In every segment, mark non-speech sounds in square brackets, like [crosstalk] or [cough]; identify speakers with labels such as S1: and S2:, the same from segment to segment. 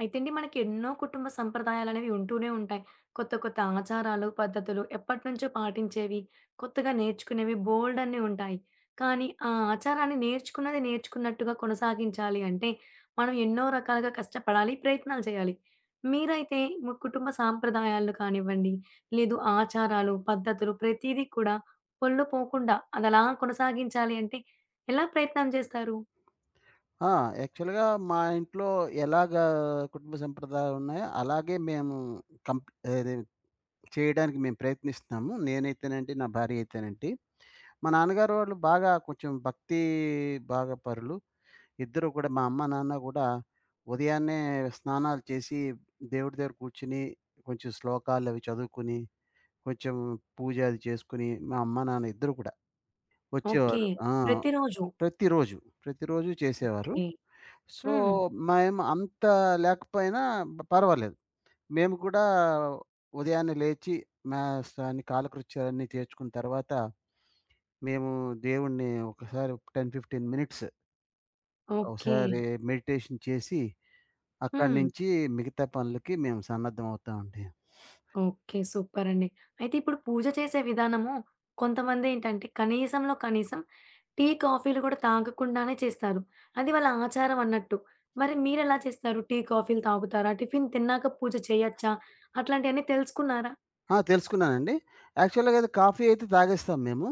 S1: అయితే అండి మనకి ఎన్నో కుటుంబ సంప్రదాయాలనేవి ఉంటూనే ఉంటాయి. కొత్త కొత్త ఆచారాలు, పద్ధతులు ఎప్పటినుంచో పాటించేవి, కొత్తగా నేర్చుకునేవి బోలెడన్ని ఉంటాయి. కానీ ఆ ఆచారాన్ని నేర్చుకున్నది నేర్చుకున్నట్టుగా కొనసాగించాలి అంటే మనం ఎన్నో రకాలుగా కష్టపడాలి, ప్రయత్నాలు చేయాలి. మీరైతే మీ కుటుంబ సాంప్రదాయాలను కానివ్వండి, లేదు ఆచారాలు, పద్ధతులు ప్రతీదీ కూడా పొల్లు పోకుండా అదలా కొనసాగించాలి అంటే ఎలా ప్రయత్నం చేస్తారు?
S2: ఆ! యాక్చువల్‌గా మా ఇంట్లో ఎలాగా కుటుంబ సంప్రదాయాలు ఉన్నాయో, అలాగే మేము కంప్ అది చేయడానికి మేము ప్రయత్నిస్తున్నాము. నేనైతేనండి, నా భార్య అయితేనండి. మా నాన్నగారు వాళ్ళు బాగా కొంచెం భక్తి బాగా పరులు. ఇద్దరు కూడా మా అమ్మ, నాన్న కూడా ఉదయాన్నే స్నానాలు చేసి, దేవుడి దగ్గర కూర్చొని, కొంచెం శ్లోకాలు అవి చదువుకొని, కొంచెం పూజ అది చేసుకొని, మా అమ్మ, నాన్న ఇద్దరు కూడా
S1: ఓకే.
S2: వచ్చేవారు.
S1: ప్రతిరోజు.
S2: ప్రతిరోజు, ప్రతిరోజు చేసేవారు.
S1: ఓకే.
S2: సో,
S1: హ్మ్.
S2: మేము అంత లేకపోయినా పర్వాలేదు. మేము కూడా ఉదయాన్నే లేచి మాసాన్ని కాలకృత్యాలన్నీ తీర్చుకున్న తర్వాత, మేము దేవుడిని ఒకసారి 10, 15 మినిట్స్
S1: ఓకే.
S2: ఒకసారి మెడిటేషన్ చేసి, అక్కడి
S1: హ్మ్.
S2: నుంచి మిగతా పనులకి మేము సన్నద్ధమవుతామండి.
S1: ఓకే. సూపరండి. అయితే ఇప్పుడు పూజ చేసే విధానము కొంతమందేంటంటే కనీసంలో కనీసం టీ, కాఫీలు గూడా తాగకుండానే చేస్తారు. అది వాళ్ళ ఆచారం అన్నట్టు. మరి మీరెలా చేస్తారు? టీ, కాఫీలు తాగుతారా? టిఫిన్ తిన్నాక పూజ చేయొచ్చా? అట్లాంటియన్నీ తెలుసుకున్నారా?
S2: తెలుసుకున్నానండి. యాక్చువల్‌గా అది కాఫీ అయితే తాగేస్తాం మేము.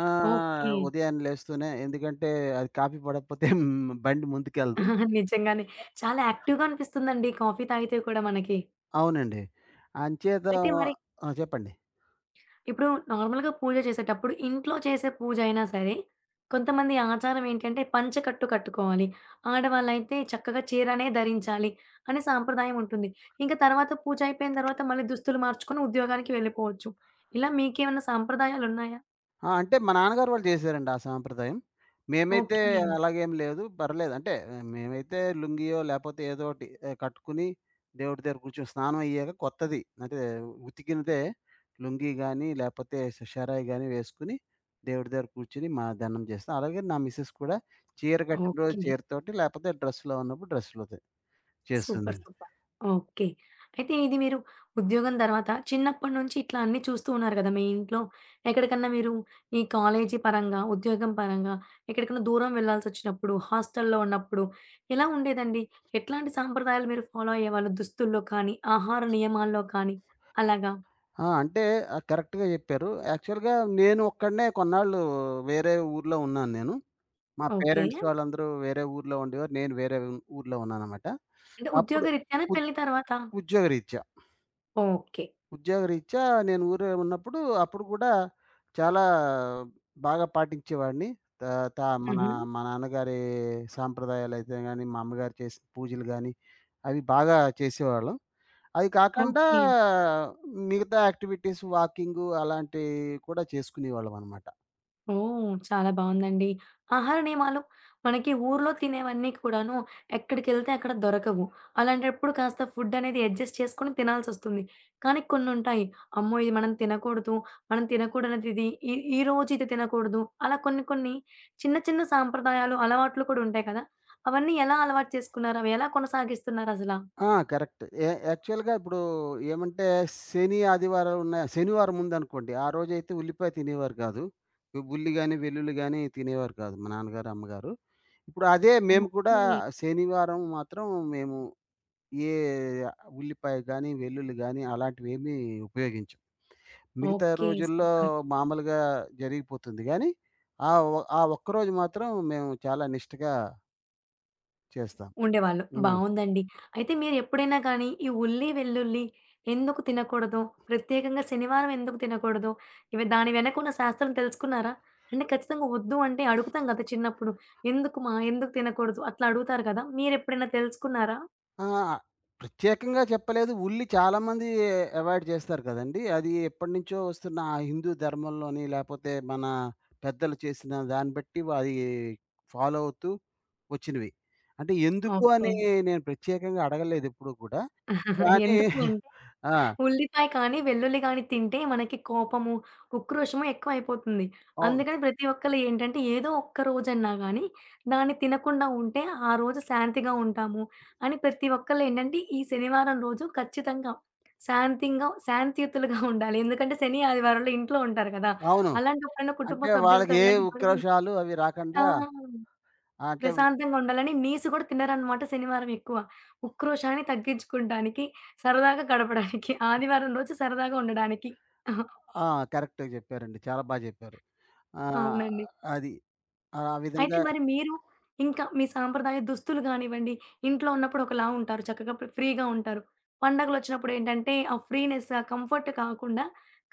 S1: ఓకే.
S2: ఉదయాన్నే లేస్తూనే ఎందుకంటే, అది కాఫీ పడకపోతే బండి ముందుకెళ్ళదు.
S1: [laughs] నిజంగానే. చాలా యాక్టివ్‌గా అనిపిస్తుందండి కాఫీ తాగితే కూడా మనకి.
S2: అవునండి. అంచేత
S1: అయితే మరి
S2: చెప్పండి.
S1: ఇప్పుడు నార్మల్‌గా పూజ చేసేటప్పుడు ఇంట్లో చేసే పూజ అయినా సరే, కొంతమంది ఆచారం ఏంటంటే పంచకట్టు కట్టుకోవాలి. ఆడవాళ్ళైతే చక్కగా చీరనే ధరించాలి అనే సాంప్రదాయం ఉంటుంది. ఇంకా తర్వాత పూజ అయిపోయిన తర్వాత మళ్ళీ దుస్తులు మార్చుకొని ఉద్యోగానికి వెళ్ళిపోవచ్చు. ఇలా మీకేమన్నా సాంప్రదాయాలున్నాయా?
S2: అంటే మా నాన్నగారు వాళ్ళు చేశారండి ఆ సాంప్రదాయం. మేమైతే
S1: ఓకే.
S2: అలాగేం లేదు. పర్లేదు. అంటే ఆ, మేమైతే లుంగియో లేపోతే ఏదో ఒకటి కట్టుకుని దేవుడి దగ్గర కూర్చొని స్నానం అయ్యాక కొత్తది అంటే ఉతికినదే లుంగీ గాని, లేపోతే షరాయి గాని వేసుకొని దేవుడి దగ్గర కూర్చొని మా దండం చేస్తాం. అలాగే నా మిసెస్ కూడా చీర కట్టిన రోజు
S1: ఓకే.
S2: చీరతోటి లేపోతే డ్రెస్‌లో ఉన్నప్పుడు డ్రెస్‌లోదే చేస్తుంది.
S1: సూపర్. సూపర్. ఓకే. అయితే ఇది మీరు ఉద్యోగం తర్వాత చిన్నప్పటి నుంచి ఇట్లా అన్నీ చూస్తూ ఉన్నారు కదా! మీ ఇంట్లో ఎక్కడికన్నా మీరు ఈ కాలేజీ పరంగా, ఉద్యోగం పరంగా ఎక్కడికన్నా దూరం వెళ్ళాల్సొచ్చినప్పుడు, హాస్టల్‌లో ఉన్నప్పుడు ఎలా ఉండేదండి? ఎట్లాంటి సాంప్రదాయాలు మీరు ఫాలో అయ్యేవాళ్ళు? దుస్తుల్లో కానీ, ఆహార నియమాల్లో కానీ అలాగా?
S2: అంటే కరెక్ట్‌గా చెప్పారు. యాక్చువల్‌గా నేను ఒక్కడినే కొన్నాళ్ళు వేరే ఊర్లో ఉన్నాను నేను. మా
S1: ఓకే.
S2: పేరెంట్స్ వాళ్ళందరూ వేరే ఊర్లో ఉండేవారు. నేను వేరే ఊర్లో ఉన్నాననమాట.
S1: అంటే
S2: అప్పుడు
S1: ఉద్యోగరీత్యానే
S2: ఉ
S1: పెళ్లి తర్వాత?
S2: ఉద్యోగరీత్యా,
S1: ఓకే.
S2: ఉద్యోగరీత్యా నేను ఊరే ఉన్నప్పుడు అప్పుడు కూడా చాలా బాగా పాటించేవాడిని. త త మన
S1: హుహు.
S2: మా నాన్నగారి సాంప్రదాయాలైతే గాని, మా అమ్మగారు చేసిన పూజలు గాని, అవి బాగా చేసేవాళ్ళం. అది కాకుండా
S1: ఓకే.
S2: మిగతా యాక్టివిటీస్ వాకింగు అలాంటివి కూడా చేసుకునేవాళ్ళమనమాట.
S1: ఓహ్! చాలా బావుందండి. ఆహార నియమాలు మనకి ఊర్లో తినేవన్నీ కూడాను ఎక్కడికెళ్తే అక్కడ దొరకవు. అలాంటప్పుడు కాస్త ఫుడ్ అనేది అడ్జస్ట్ చేసుకొని తినాల్సొస్తుంది. కానీ కొన్నుంటాయి. అమ్మో! ఇది మనం తినకూడదు. మనం తినకూడనిది ఇది. ఈ ఈ రోజు ఇది తినకూడదు. అలా కొన్ని కొన్ని చిన్న చిన్న సాంప్రదాయాలు, అలవాట్లు కూడా ఉంటాయి కదా! అవన్నీ ఎలా అలవాటు చేసుకున్నారు? అవి ఎలా కొనసాగిస్తున్నారసలా?
S2: కరెక్ట్. యాక్చువల్‌గా ఇప్పుడు ఏమంటే శని, ఆదివారం ఉన్న శనివారం ఉందనుకోండి, ఆ రోజైతే ఉల్లిపాయ తినేవారు కాదు. ఈ ఉల్లి గాని, వెల్లుల్లి గాని తినేవారు కాదు మా నాన్నగారు, అమ్మగారు. ఇప్పుడు అదే మేము కూడా
S1: ఓకే.
S2: శనివారం మాత్రం మేము ఏ ఉల్లిపాయ గాని, వెల్లుల్లి గాని అలాంటివేమీ ఉపయోగించం. మిగతా
S1: ఓకే.
S2: రోజుల్లో
S1: సూపర్.
S2: మామూలుగా జరిగిపోతుంది గానీ, ఆ ఒ ఆ ఒక్కరోజు మాత్రం మేము చాలా నిష్టగా చేస్తాం.
S1: ఉండేవాళ్ళు.
S2: హ్మ్.
S1: బావుందండి. అయితే మీరెప్పుడైనా కానీ ఈ ఉల్లి, వెల్లుల్లి ఎందుకు తినకూడదో, ప్రత్యేకంగా శనివారం ఎందుకు తినకూడదో, ఇవి దాని వెనకున్న శాస్త్రం తెలుసుకున్నారా? అంటే ఖచ్చితంగా వద్దు అంటే అడుగుతాం కదా! చిన్నప్పుడు. ఎందుకుమా? ఎందుకు తినకూడదు? అట్లా అడుగుతారు కదా! మీరెప్పుడైనా తెలుసుకున్నారా?
S2: ఆ! ప్రత్యేకంగా చెప్పలేదు. ఉల్లి చాలామంది అవాయిడ్ చేస్తారు కదండీ! అది ఎప్పటినుంచో వస్తున్న ఆ హిందూ ధర్మంలోని, లేపోతే మన పెద్దలు చేసిన దాన్ని బట్టి అది ఫాలో అవుతూ వచ్చినవి. అంటే ఎందుకు అని
S1: ఓకే.
S2: నేను ప్రత్యేకంగా అడగలేదెప్పుడూ కూడా.
S1: [laughs]
S2: కానీ
S1: ఎందుకు అం,
S2: [laughs] ఆ!
S1: ఉల్లిపాయ కానీ, వెల్లుల్లి గాని తింటే మనకి కోపము, ఉక్రోషము ఎక్కువైపోతుంది.
S2: అవును.
S1: అందుకని ప్రతి ఒక్కళ్ళు ఏంటంటే ఏదో ఒక్క రోజన్నా గానీ దాన్ని తినకుండా ఉంటే ఆ రోజు శాంతిగా ఉంటాము అని ప్రతి ఒక్కళ్ళు ఏంటంటే ఈ శనివారం రోజు ఖచ్చితంగా శాంతింగా శాంతియుతులుగా ఉండాలి. ఎందుకంటే శని, ఆదివారాల్లో ఇంట్లో ఉంటారు కదా!
S2: అవును.
S1: అలాంటప్పుడైనా కుటుంబ
S2: అంటే
S1: సభ్యులతో
S2: వాళ్ళకి
S1: ఎలాంటి గొడవలు,
S2: ఉక్రోషాలు అవి
S1: ఆ,
S2: రాకండా అంటే
S1: ప్రశాంతంగా ఉండాలని నీసు కూడా తినరనమాట శనివారం ఎక్కువ. ఉక్రోషాన్ని తగ్గించుకుంటానికి, సరదాగా గడపడానికి, ఆదివారం రోజు సరదాగా ఉండడానికి. [laughs]
S2: ఆ! కరెక్ట్‌గా జెప్పారండి. చాలా బా జెప్పారు. హ్మ్.
S1: అవునండి.
S2: అది. ఆ
S1: అయితే
S2: విధంగా
S1: మరి మీరు ఇంకా మీ సాంప్రదాయ దుస్తులు కానివ్వండి, ఇంట్లో ఉన్నప్పుడు ఒకలా ఉంటారు. చక్కగా ఫ్రీగా ఉంటారు. పండగలొచ్చినప్పుడు ఏంటంటే, ఆ ఫ్రీనెస్, ఆ కంఫర్ట్ కాకుండా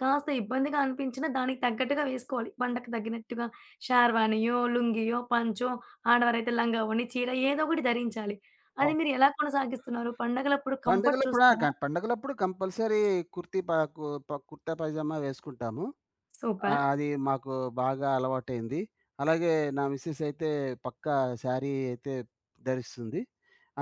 S1: కాస్త ఇబ్బందిగా అనిపించినా దానికి తగ్గట్టుగా వేసుకోవాలి. పండగకి తగ్గినట్టుగా షేర్వానియో, లుంగియో, పంచో, ఆడవారైతే లంగా ఓణి, చీర ఏదో ఒకటి ధరించాలి.
S2: ఓ
S1: అది మీరు ఎలా కొనసాగిస్తున్నారు? పండగలప్పుడు కంఫర్ట్
S2: పండుగలప్పుడు ఆ! క
S1: చూస్తారా?
S2: పండుగలప్పుడు కంపల్సరీ కుర్తీ ప కు ప కుర్తా పైజామా వేసుకుంటాము.
S1: సూపర్.
S2: అది మాకు బాగా అలవాటైంది. అలాగే నా మిసెస్ అయితే పక్కా శారీ అయితే ధరిస్తుంది.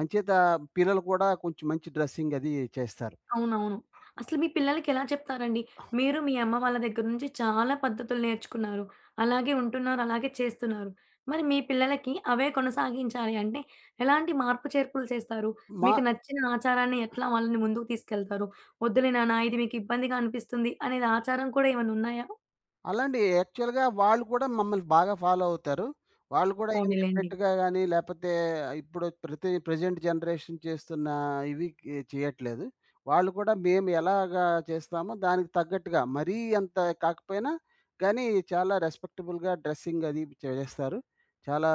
S2: అంచేత పిల్లలు కూడా కొంచెం మంచి డ్రెస్సింగ్ అది చేస్తారు.
S1: అవునవును. అసలు మీ పిల్లలకెలా చెప్తారండి? మీరు మీ అమ్మ వాళ్ళ దగ్గర నుంచి చాలా పద్ధతులు నేర్చుకున్నారు. అలాగే ఉంటున్నారు, అలాగే చేస్తున్నారు. మరి మీ పిల్లలకి అవే కొనసాగించాలి అంటే ఎలాంటి మార్పు చేర్పులు చేస్తారు?
S2: మా
S1: మీకు నచ్చిన ఆచారాన్ని ఎట్లా వాళ్ళని ముందుకు తీసుకెళ్తారు? "వద్దులే నాన్న ఇది మీకు ఇబ్బందిగా అనిపిస్తుంది" అనేది ఆచారం కూడా ఏమన్నా ఉన్నాయా?
S2: అలాంటి యాక్చువల్‌గా వాళ్ళు కూడా మమ్మల్ని బాగా ఫాలో అవుతారు. వాళ్ళు కూడా ఏమి
S1: పోనీలెండి.
S2: ఎఫెక్ట్‌గా గాని, లేపోతే ఇప్పుడు ప్రెజెంట్ జనరేషన్ చేస్తున్న ఇవి కి చేయట్లేదు. వాళ్ళు కూడా మేము ఎలాగా చేస్తామో దానికి తగ్గట్టుగా మరీ అంత కాకపోయినా కానీ చాలా రెస్పెక్టబుల్‌గా డ్రెస్సింగ్ అది చేస్తారు. చాలా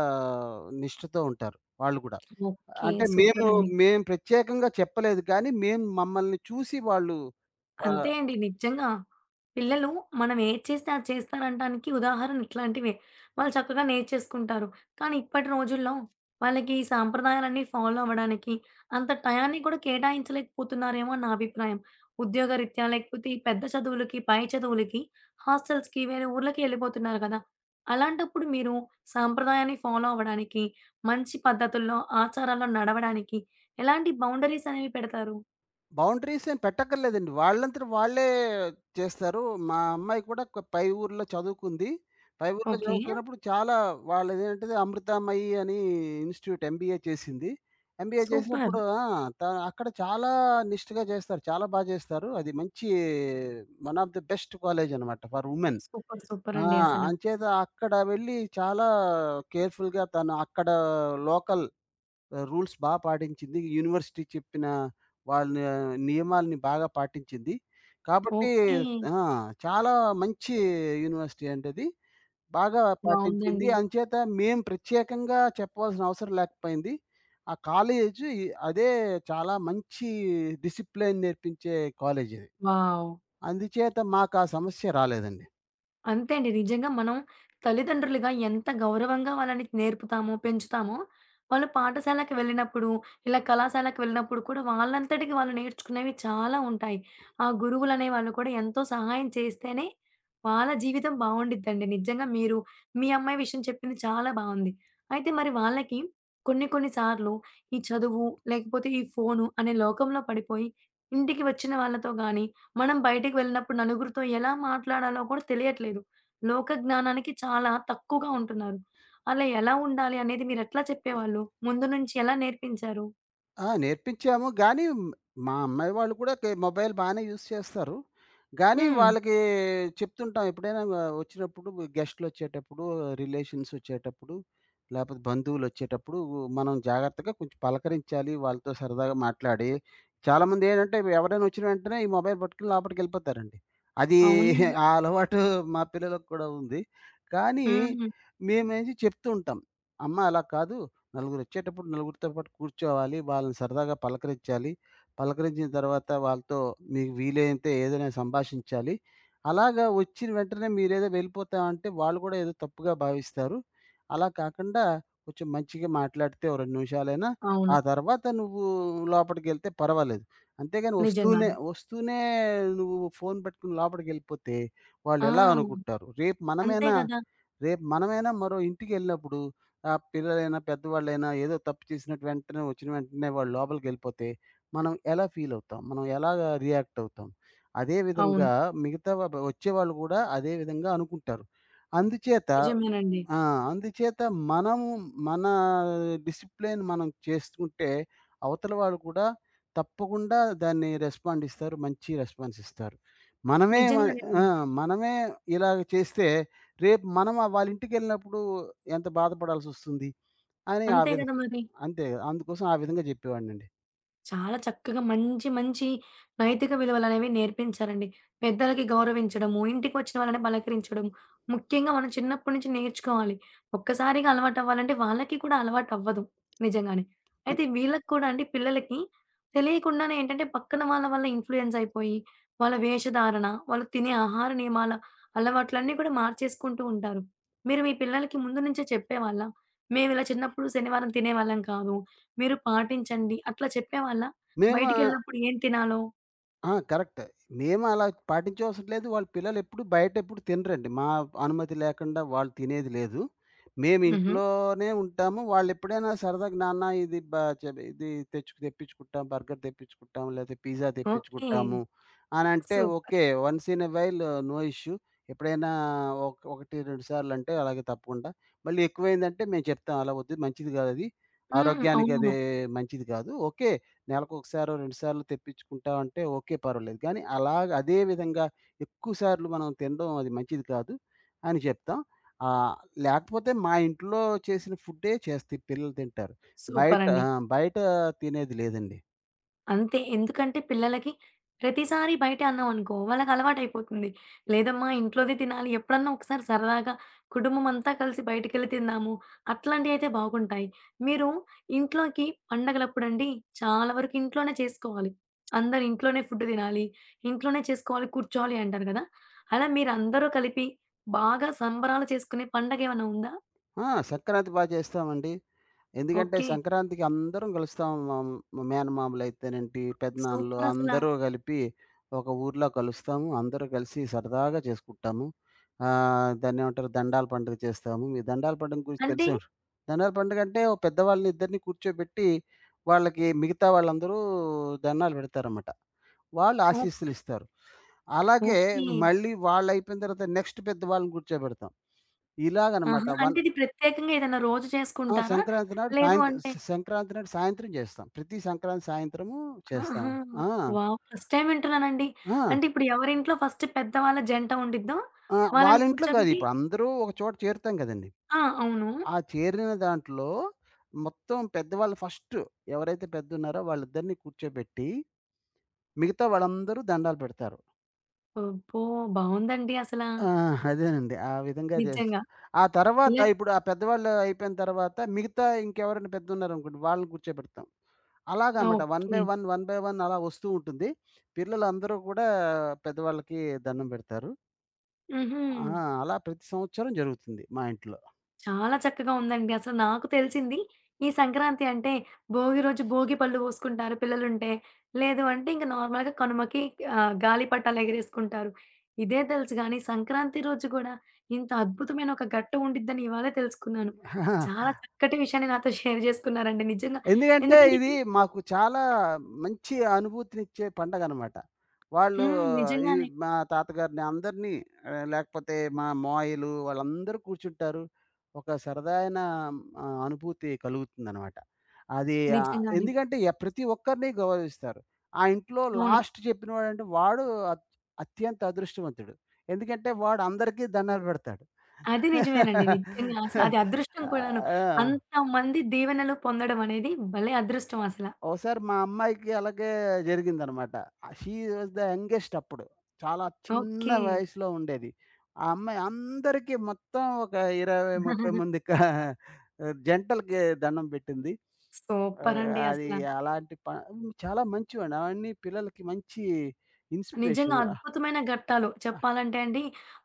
S2: నిష్ఠతో ఉంటారు వాళ్ళు కూడా.
S1: ఓకే.
S2: అంటే మేము
S1: సూపరండి.
S2: మేము ప్రత్యేకంగా చెప్పలేదు కానీ, మేము మమ్మల్ని చూసి వాళ్ళు ఆహ్
S1: అంతే అండి. నిజంగా. పిల్లలు మనం ఏది చేస్తే అది చేస్తారనటానికి ఉదాహరణ ఇట్లాంటివే. వాళ్ళు చక్కగా నేర్చేసుకుంటారు. కానీ ఇప్పటి రోజుల్లో వాళ్ళకి ఈ సాంప్రదాయాలన్నీ ఫాలో అవ్వడానికి అంత టయాన్ని కూడా కేటాయించలేకపోతున్నారేమో అని నా అభిప్రాయం. ఉద్యోగరీత్యా లేకపోతే ఈ పెద్ద చదువులకి, పై చదువులకి హాస్టల్స్‌కి వేరే ఊర్లకి ఎళ్ళిపోతున్నారు కదా! అలాంటప్పుడు మీరు సాంప్రదాయాన్ని ఫాలో అవ్వడానికి, మంచి పద్ధతుల్లో, ఆచారాల్లో నడవడానికి ఎలాంటి బౌండరీస్ అనేవి పెడతారు?
S2: బౌండరీస్ ఏం పెట్టక్కర్లేదండి. వాళ్ళంతట వాళ్ళే చేస్తారు. మా అమ్మాయి కూడా పై ఊర్లో చదువుకుంది. పై ఊర్లో
S1: ఓకే.
S2: చదువుకున్నప్పుడు చాలా వాళ్ళదేంటిది అమృతమయి అని ఇన్‌స్టిట్యూట్ ఎంబీఏ చేసింది. MBA
S1: super.
S2: చేసినప్పుడు ఆ! త అక్కడ చాలా నిష్ఠగా చేస్తారు. చాలా బా చేస్తారు. అది మంచి one of the best college అనమాట ఫర్ ఉమెన్.
S1: సూపర్. సూపర్
S2: ఆ!
S1: అండి అసల.
S2: అంచేత అక్కడ వెళ్ళి చాలా కేర్‌ఫుల్‌గా తను అక్కడ లోకల్ రూల్స్ బా పాటించింది. యూనివర్సిటీ చెప్పిన వాళ్ళ నియమాల్ని బాగా పాటించింది. కాబట్టి
S1: ఓకే.
S2: ఆ! చాలా మంచి యూనివర్సిటీ అండి అది. బాగా పాటించింది.
S1: బావుందండి.
S2: అంచేత మేము ప్రత్యేకంగా చెప్పవలసిన అవసరం లేకపోయింది. ఆ కాలేజు అదే చాలా మంచి డిసిప్లిన్ నేర్పించే కాలేజది.
S1: వావ్!
S2: అందుచేత మాకా సమస్య రాలేదండి.
S1: అంతే అండి. నిజంగా మనం తల్లిదండ్రులుగా ఎంత గౌరవంగా వాళ్ళని నేర్పుతామో, పెంచుతామో, వాళ్ళు పాఠశాలకు వెళ్ళినప్పుడు, ఇలా కళాశాలకు వెళ్ళినప్పుడు కూడా వాళ్ళంతటికి వాళ్ళు నేర్చుకునేవి చాలా ఉంటాయి. ఆ గురువులనే వాళ్ళు కూడా ఎంతో సహాయం చేస్తేనే వాళ్ళ జీవితం బావుండిద్దండి. నిజంగా మీరు మీ అమ్మాయి విషయం చెప్పింది చాలా బావుంది. అయితే మరి వాళ్ళకి కొన్ని కొన్ని సార్లు ఈ చదువు, లేకపోతే ఈ ఫోను అనే లోకంలో పడిపోయి, ఇంటికి వచ్చిన వాళ్ళతో గాని, మనం బయటికి వెళ్ళినప్పుడు నలుగురితో ఎలా మాట్లాడాలో కూడా తెలియట్లేదు. లోక జ్ఞానానికి చాలా తక్కువగా ఉంటున్నారు. అలా ఎలా ఉండాలి అనేది మీరెట్లా చెప్పేవాళ్ళు? ముందు నుంచి ఎలా నేర్పించారు?
S2: నేర్పించాము. గానీ మా అమ్మాయి వాళ్ళు కూడా మొబైల్ బానే యూజ్ చేస్తారు. గానీ
S1: హ్మ్.
S2: వాళ్ళకి చెప్తుంటాం ఎప్పుడైనా వచ్చినప్పుడు గెస్ట్‌లొచ్చేటప్పుడు, రిలేషన్స్ వచ్చేటప్పుడు, లేపోతే బంధువులొచ్చేటప్పుడు మనం జాగ్రత్తగా కొంచెం పలకరించాలి. వాళ్ళతో సరదాగా మాట్లాడి చాలామంది ఏంటంటే ఎవరైనా వచ్చిన వెంటనే ఈ మొబైల్ పట్టుకొని లోపటికెళ్ళిపోతారండి. అది
S1: అవునండి.
S2: ఆ అలవాటు మా పిల్లలకు కూడా ఉంది. కానీ
S1: హ్మ్.
S2: మేమేంచి చెప్తూ ఉంటాం. అమ్మ అలా కాదు నలుగురొచ్చేటప్పుడు నలుగురితో పాటు కూర్చోవాలి. వాళ్ళని సరదాగా పలకరించాలి. పలకరించిన తర్వాత వాళ్ళతో మీకు వీలైతే ఏదైనా సంభాషించాలి. అలాగా వచ్చిన వెంటనే మీరేదో వెళ్ళిపోతామంటే వాళ్ళు కూడా ఏదో తప్పుగా భావిస్తారు. అలా కాకుండా కొంచెం మంచిగా మాట్లాడితే ఓ 2 నిమిషాలైనా,
S1: అవును.
S2: ఆ తర్వాత నువ్వు లోపటికెళ్తే పర్వాలేదు. అంతేగాని
S1: నిజంగానే.
S2: వస్తూనే నువ్వు ఫోను పట్టుకుని లోపలికెళ్ళిపోతే
S1: ఆ!
S2: వాళ్ళెలా అనుకుంటారు?
S1: అంతే గదా!
S2: రేపు మనమైనా మరో ఇంటికెళ్ళినప్పుడు ఆ పిల్లలైనా, పెద్దవాళ్ళైనా ఏదో తప్పు చేసినట్టు వచ్చిన వెంటనే వాళ్ళు లోపలికెళ్ళిపోతే, మనం ఎలా ఫీల్ అవుతాం? మనం ఎలాగా రియాక్ట్ అవుతాం? అదే
S1: అవును.
S2: విధంగా మిగతా వ వచ్చేవాళ్ళు కూడా అదే విధంగా అనుకుంటారు. అందుచేత
S1: నిజమేనండి.
S2: ఆ! అందుచేత మనము మన డిసిప్లిన్ మనం చేసుకుంటే, అవతల వాళ్ళు కూడా తప్పకుండా దాన్ని రెస్పాండ్ ఇస్తారు. మంచి రెస్పాన్స్ ఇస్తారు. మనమే మ
S1: నిజంగానే
S2: ఆ!
S1: అండి.
S2: మనమే ఇలాగ చేస్తే రేపు మనం ఆ వాళ్ళ ఇంటికెళ్ళినప్పుడు ఎంత బాధపడాల్సొస్తుంది అని ఆ
S1: అంతే
S2: విధం
S1: గదా మరి!
S2: అంతే. అందుకోసం ఆ విధంగా జెప్పేవాడినండి.
S1: చాలా చక్కగా మంచి, మంచి నైతిక విలువలనేవి నేర్పించారండి. పెద్దలకి గౌరవించడము, ఇంటికి వచ్చిన వాళ్ళని పలకరించడం, ముఖ్యంగా మనం చిన్నప్పటి నుంచి నేర్చుకోవాలి. ఒక్కసారిగా అలవాటవ్వాలంటే వాళ్ళకి కూడా అలవాటవ్వదు నిజంగానే.
S2: అన్
S1: అయితే వీళ్ళకి కూడా అండి పిల్లలకి తెలియకుండానే ఏంటంటే పక్కన వాళ్ళ వల్ల ఇన్‌ఫ్లూయెన్స్ అయిపోయి, వాళ్ళ వేషధారణ, వాళ్ళు తినే ఆహార నియమాల అలవాట్లన్నీ కూడా మార్చేసుకుంటూ ఉంటారు. మీరు మీ పిల్లలకి ముందు నుంచే చెప్పేవాళ్ళా? మేమిలా చిన్నప్పుడు శనివారం తినేవాళ్ళం కాదు. మీరు పాటించండి. అట్లా చెప్పేవాళ్ళా?
S2: మేము
S1: బయటికెళ్ళినప్పుడు ఏం తినాలో?
S2: కరెక్ట్. మేము అలా పాటించవసరం లేదు. వాళ్ళ పిల్లలెప్పుడు బయటెప్పుడు తినరండి. మా అనుమతి లేకుండా వాళ్ళు తినేది లేదు. మేము
S1: హుహు.
S2: ఇంట్లోనే ఉంటాము. వాళ్ళెప్పుడైనా సరదాగా నాన్న ఇది బ చె ఇది తెచ్చుకు తెప్పించుకుంటాం. బర్గర్ తెప్పించుకుంటాం. లేతే పిజ్జా
S1: ఓకే.
S2: తెప్పించుకుంటాము అనంటే
S1: super.
S2: Okay. Once in a while no issue. ఎప్పుడైనా ఒక 1, 2 సార్లంటే అలాగే తప్పకుండా. మళ్ళీ ఎక్కువైందంటే మేము చెప్తాం. అలా వద్దు మంచిది కాదది.
S1: హ్మ్.
S2: ఆరోగ్యానికి అది
S1: అవునవును.
S2: మంచిది కాదు. ఓకే. నెలకు ఒకసారో, 2 సార్లు తెప్పించుకుంటా అంటే ఓకే పర్వాలేదు. కానీ అలాగ అదే విధంగా ఎక్కువ సార్లు మనం తినడం అది మంచిది కాదు అని చెప్తాం. ఆహ్, లేకపోతే మా ఇంట్లో చేసిన ఫుడ్డే చేస్తే పిల్లలు తింటారు. బయట
S1: సూపరండి.
S2: ఆ! బయట తినేది లేదండి.
S1: అంతే. ఎందుకంటే పిల్లలకి ప్రతిసారి బయటే అన్నామనుకో వాళ్ళకలవాటయిపోతుంది. లేదమ్మా ఇంట్లోదే తినాలి. ఎప్పుడన్నా ఒకసారి సరదాగా కుటుంబమంతా కలిసి బయటికెళ్ళి తిందాము. అట్లాంటియయితే బాగుంటాయి. మీరు ఇంట్లోకి పండగలప్పుడండి చాలా వరకు ఇంట్లోనే చేసుకోవాలి. అందరూ ఇంట్లోనే ఫుడ్ తినాలి. ఇంట్లోనే చేసుకోవాలి, కూర్చోవాలి అంటారు గదా! అలా మీరందరూ కలిపి బాగా సంబరాలు చేసుకునే పండగేమన్నా ఉందా?
S2: సంక్రాంతి బా చేస్తామండి. ఎందుకంటే
S1: ఓకే.
S2: సంక్రాంతికి అందరం కలుస్తాం. మా మా మేనమామలైతేనేంటి, పెదనాన్నలు
S1: సూపరసల.
S2: అందరూ కలిపి ఒక ఊర్లో కలుస్తాము. అందరూ కలిసి సరదాగా చేసుకుంటాము. దాన్నేమంటారు దండాల పండుగ చేస్తాము. ఈ దండాల పండుగ గురించి
S1: అంటే
S2: తెలిసే ఉం దండాల పండుగ అంటే ఓ పెద్దవాళ్ళని ఇద్దరిని కూర్చోబెట్టి, వాళ్ళకి మిగతా వాళ్ళందరూ దండాలు పెడతారన్నమాట. వాళ్ళు ఆశీస్సులు
S1: ఓకే.
S2: ఇస్తారు. అలాగే
S1: ఓకే.
S2: మళ్ళీ వాళ్ళయిపోయిన తర్వాత నెక్స్ట్ పెద్దవాళ్ళని కూర్చోబెడతాం. ఇలాగనమాట.
S1: ఆహా!
S2: వన్
S1: అంటే ఇది ప్రత్యేకంగా ఏదైనా రోజు
S2: ఆ!
S1: చేసుకుంటారా? లేదు అంటే
S2: సంక్రాంతి నాడు సాయంత్రం జేస్తాం. ప్రతి సంక్రాంతి సాయంత్రము చేస్తాం.
S1: ఆహా!
S2: ఆ!
S1: వావ్! ఫస్ట్ టైమ్ వింటున్నానండి.
S2: ఆ!
S1: అంటే ఇప్పుడు ఎవరింట్లో ఫస్ట్ పెద్దవాళ్ళ జంట ఉండిద్దో,
S2: ఆ! వాళ్ళ
S1: వాళ్ళని
S2: ఇంట్లో గాదు.
S1: కూర్చోబెట్టి
S2: ఇప్పుడు అందరూ ఒక చోట చేరుతాం గదండీ.
S1: ఆ! అవును.
S2: ఆ చేరిన దాంట్లో మొత్తం పెద్దవాళ్ళు ఫస్ట్ ఎవరైతే పెద్దలున్నారో వాళ్ళిద్దరిని కూర్చోబెట్టి, మిగతా వాళ్ళందరూ దండాలు పెడతారు.
S1: అబ్బో! బావుందండి అసల.
S2: ఆ! అదేనండి. ఆ విధంగా చేసి
S1: నిజంగా.
S2: ఆ తర్వాత
S1: ఇలా
S2: ఇప్పుడు ఆ పెద్దవాళ్ళు అయిపోయిన తర్వాత మిగతా ఇంకెవరైనా పెద్దలున్నారనుకోండి వాళ్ళని కూర్చోబెడతాం. అలాగనమాట.
S1: ఓకే.
S2: వన్ బై వన్ అలా వస్తూ ఉంటుంది. పిల్లలందరూ కూడా పెద్దవాళ్ళకి దండం పెడతారు.
S1: హుహు.
S2: ఆ! అలా ప్రతి సంవత్సరం జరుగుతుంది మా ఇంట్లో.
S1: చాలా చక్కగా ఉందండి. అసలు నాకు తెలిసింది ఈ సంక్రాంతి అంటే భోగి రోజు భోగి పళ్ళు పోసుకుంటారు పిల్లలుంటే. లేదు అంటే ఇంక నార్మల్‌గా కనుమకి ఆహ్, గాలిపటాలు ఎగరేసుకుంటారు. ఇదే తెలుసు గానీ సంక్రాంతి రోజు గూడా ఇంత అద్భుతమైన ఒక ఘట్టం ఉండిద్దని ఇవాళే తెలుసుకున్నాను. చాలా చక్కటి విషయాన్ని నాతో షేర్ జేసుకున్నారండి నిజంగా.
S2: ఎందుకంటే
S1: ఎందుకంటే
S2: ఇది
S1: ఇది
S2: మాకు చాలా మంచి అనుభూతినిచ్చే పండగనమాట. వాళ్ళు
S1: హ్మ్.
S2: ఈ
S1: నిజంగానే.
S2: మా తాతగారిని అందరినీ లేకపోతే మా మావయ్యలు వాళ్ళందరూ కూర్చుంటారు. ఒక సరదాయన అనుభూతి కలుగుతుందనమాట.
S1: నిజంగానే.
S2: ఎందుకంటే ప్రతి ఒక్కరిని గౌరవిస్తారు. ఆ ఇంట్లో
S1: అవును.
S2: లాస్ట్ చెప్పినవాడంటే వాడు అంటే వాడు అత్ అత్యంత అదృష్టవంతుడు. ఎందుకంటే వాడు అందరికీ దండాలు పెడతాడు.
S1: అది నిజమేనండి. నిజంగా అసలు అది
S2: [laughs]
S1: అదృష్టం
S2: ఆ!
S1: కూడాను.
S2: ఆ!
S1: అంతమంది దీవెనలు పొందడం అనేది భలే అదృష్టం అసల.
S2: ఓసారి మా అమ్మాయికి అలాగే జరిగిందనమాట. షీ వాస్ ద యంగెస్ట్ అప్పుడు. చాలా చిన్న
S1: ఓకే.
S2: వయసులో ఉండేది. ఆ అమ్మాయి అందరికీ మొత్తం ఒక 20, 30 మంది [laughs] జంటలకి దండం పెట్టింది.
S1: సూపర్
S2: ఆహ్,
S1: అండి
S2: అది
S1: అసల.
S2: అలాంటి ప చాలా మంచివండి. అవన్నీ పిల్లలకి మంచి
S1: నిజంగా
S2: ఇన్‌స్పిరేషన్. ఆహ్,
S1: అద్భుతమైన ఘట్టాలు.
S2: ఆహ్,
S1: చెప్పాలంటే అండి,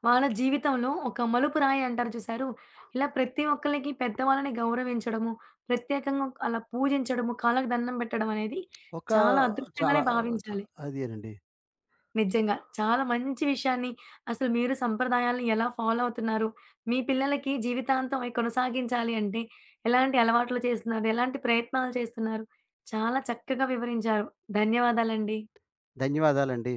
S1: వాళ్ళ జీవితంలో ఒక మలుపు రాయి అంటారు చూసారు? ఇలా ప్రతి ఒక్కళ్ళకి పెద్దవాళ్ళని గౌరవించడము, ప్రత్యేకంగా అలా పూజించడము, కాళ్ళకి దండం పెట్టడం అనేది
S2: ఒక
S1: చాలా
S2: చాలా
S1: అదృష్టంగానే
S2: చాలా
S1: భావించాలి.
S2: అదేనండి.
S1: నిజంగా. చాలా మంచి విషయాన్ని అసలు మీరు సంప్రదాయాలను ఎలా ఫాలో అవుతున్నారు? మీ పిల్లలకి జీవితాంతం అవి కొనసాగించాలి అంటే ఎలాంటి అలవాట్లు చేస్తున్నారు? ఎలాంటి ప్రయత్నాలు చేస్తున్నారు? చాలా చక్కగా వివరించారు. ధన్యవాదాలండి.
S2: ధన్యవాదాలండి.